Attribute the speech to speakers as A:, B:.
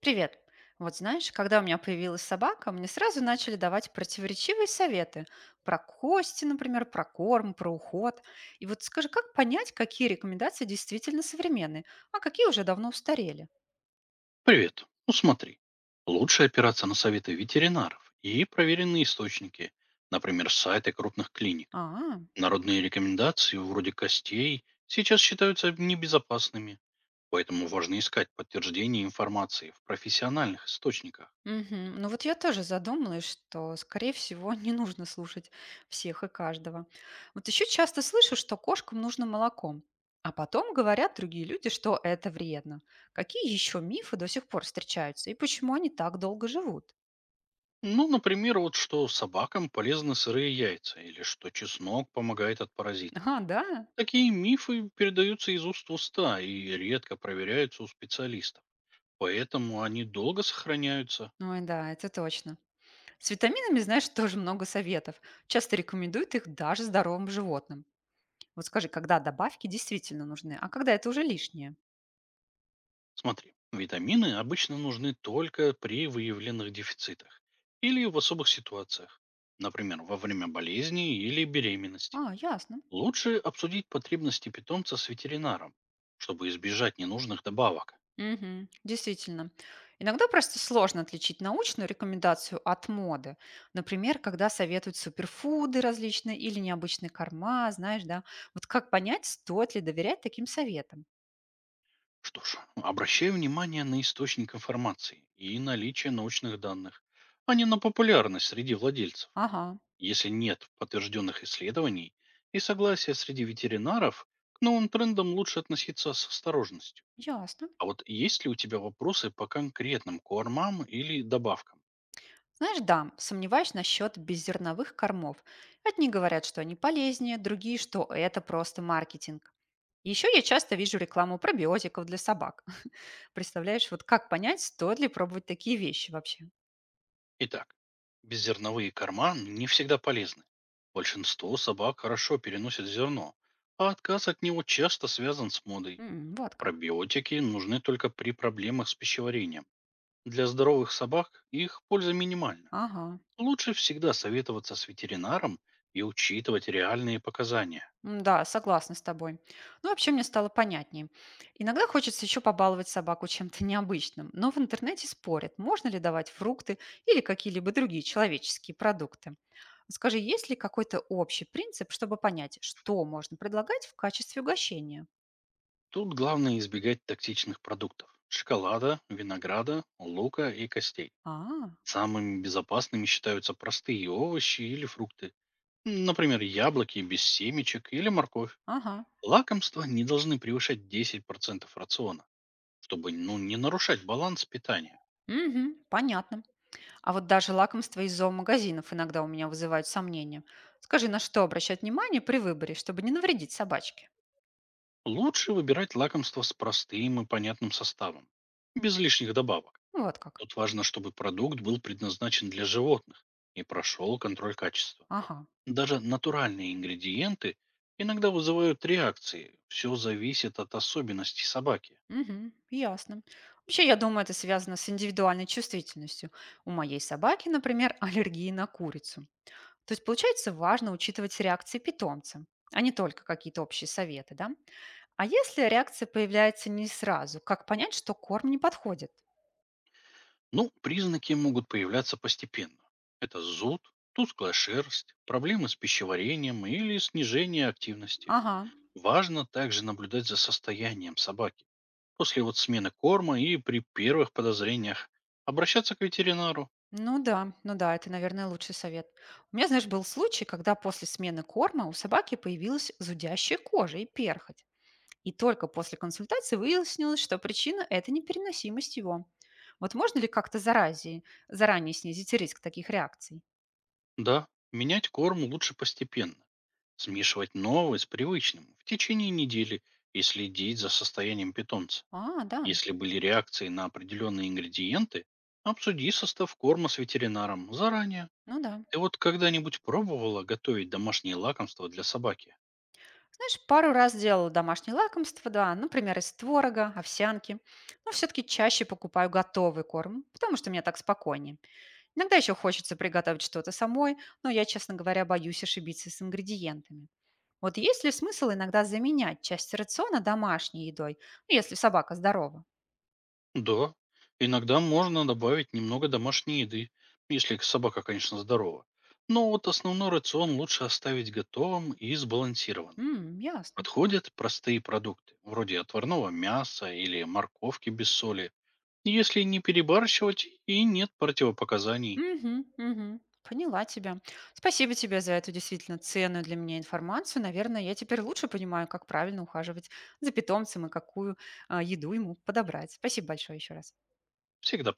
A: Привет. Вот знаешь, когда у меня появилась собака, мне сразу начали давать противоречивые советы про кости, например, про корм, про уход. И вот скажи, как понять, какие рекомендации действительно современные, а какие уже давно устарели?
B: Привет. Ну смотри, лучше опираться на советы ветеринаров и проверенные источники, например, сайты крупных клиник.
A: А.
B: Народные рекомендации вроде костей сейчас считаются небезопасными, поэтому важно искать подтверждение информации в профессиональных источниках.
A: Мгм. Ну вот я тоже задумалась, что, скорее всего, не нужно слушать всех и каждого. Вот еще часто слышу, что кошкам нужно молоко, а потом говорят другие люди, что это вредно. Какие еще мифы до сих пор встречаются и почему они так долго живут?
B: Ну, например, вот что собакам полезны сырые яйца или что чеснок помогает от паразитов.
A: Ага, да?
B: Такие мифы передаются из уст в уста и редко проверяются у специалистов, поэтому они долго сохраняются.
A: Ой, да, это точно. С витаминами, знаешь, тоже много советов. Часто рекомендуют их даже здоровым животным. Вот скажи, когда добавки действительно нужны, а когда это уже лишнее?
B: Смотри, витамины обычно нужны только при выявленных дефицитах или в особых ситуациях, например, во время болезни или беременности.
A: А, ясно.
B: Лучше обсудить потребности питомца с ветеринаром, чтобы избежать ненужных добавок.
A: Мгм. Действительно. Иногда просто сложно отличить научную рекомендацию от моды. Например, когда советуют суперфуды различные или необычные корма, знаешь, да. Вот как понять, стоит ли доверять таким советам?
B: Что ж, обращай внимание на источник информации и наличие научных данных, а не на популярность среди владельцев.
A: Ага,
B: Если нет подтвержденных исследований и согласия среди ветеринаров, к новым трендам лучше относиться с осторожностью.
A: ясно.
B: А вот есть ли у тебя вопросы по конкретным кормам или добавкам?
A: Знаешь, да, сомневаюсь насчет беззерновых кормов. Одни говорят, что они полезнее, другие, что это просто маркетинг. Еще я часто вижу рекламу пробиотиков для собак. Представляешь, вот как понять, стоит ли пробовать такие вещи вообще?
B: Итак, беззерновые корма не всегда полезны. Большинство собак хорошо переносят зерно, а отказ от него часто связан с модой.
A: М, вот как.
B: Пробиотики нужны только при проблемах с пищеварением. Для здоровых собак их польза минимальна.
A: Ага.
B: Лучше всегда советоваться с ветеринаром и учитывать реальные показания.
A: М, да, согласна с тобой. Ну, вообще мне стало понятнее. Иногда хочется еще побаловать собаку чем-то необычным, но в интернете спорят, можно ли давать фрукты или какие-либо другие человеческие продукты. Скажи, есть ли какой-то общий принцип, чтобы понять, что можно предлагать в качестве угощения?
B: Тут главное избегать токсичных продуктов — шоколада, винограда, лука и костей.
A: А,
B: Самыми безопасными считаются простые овощи или фрукты. Например, яблоки без семечек или морковь.
A: ага.
B: Лакомства не должны превышать 10% рациона, чтобы не нарушать баланс питания.
A: Мгм, понятно. А вот даже лакомства из зоомагазинов иногда у меня вызывают сомнения. Скажи, на что обращать внимание при выборе, чтобы не навредить собачке?
B: Лучше выбирать лакомства с простым и понятным составом, без лишних добавок.
A: Ну, вот как.
B: Тут важно, чтобы продукт был предназначен для животных и прошел контроль качества.
A: Ага.
B: Даже натуральные ингредиенты иногда вызывают реакции. Все зависит от особенностей собаки.
A: Мгм. Ясно. Вообще, я думаю, это связано с индивидуальной чувствительностью. У моей собаки, например, аллергии на курицу. То есть, получается, важно учитывать реакции питомца, а не только какие-то общие советы, да? А если реакция появляется не сразу, как понять, что корм не подходит?
B: Ну, признаки могут появляться постепенно. Это зуд, тусклая шерсть, проблемы с пищеварением или снижение активности.
A: Ага,
B: Важно также наблюдать за состоянием собаки. После вот смены корма и при первых подозрениях обращаться к ветеринару.
A: ну да, ну да, это, наверное, лучший совет. У меня, знаешь, был случай, когда после смены корма у собаки появилась зудящая кожа и перхоть. И только после консультации выяснилось, что причина– это непереносимость его. Вот можно ли заранее снизить риск таких реакций?
B: Да, менять корм лучше постепенно. Смешивать новый с привычным в течение недели и следить за состоянием питомца.
A: А, да,
B: Если были реакции на определенные ингредиенты, обсуди состав корма с ветеринаром заранее.
A: ну да.
B: Ты вот когда-нибудь пробовала готовить домашние лакомства для собаки?
A: Знаешь, пару раз делала домашние лакомства, да, например, из творога, овсянки. Но все-таки чаще покупаю готовый корм, потому что мне так спокойнее. Иногда еще хочется приготовить что-то самой, но я, честно говоря, боюсь ошибиться с ингредиентами. Вот есть ли смысл иногда заменять часть рациона домашней едой, ну, если собака здорова?
B: Да. Иногда можно добавить немного домашней еды, если собака, конечно, здорова. Но вот основной рацион лучше оставить готовым и сбалансированным.
A: М, ясно.
B: Подходят простые продукты, вроде отварного мяса или морковки без соли, если не перебарщивать и нет противопоказаний.
A: Мгм, мгм. Поняла тебя. Спасибо тебе за эту действительно ценную для меня информацию. Наверное, я теперь лучше понимаю, как правильно ухаживать за питомцем и какую еду ему подобрать. Спасибо большое еще раз.
B: Всегда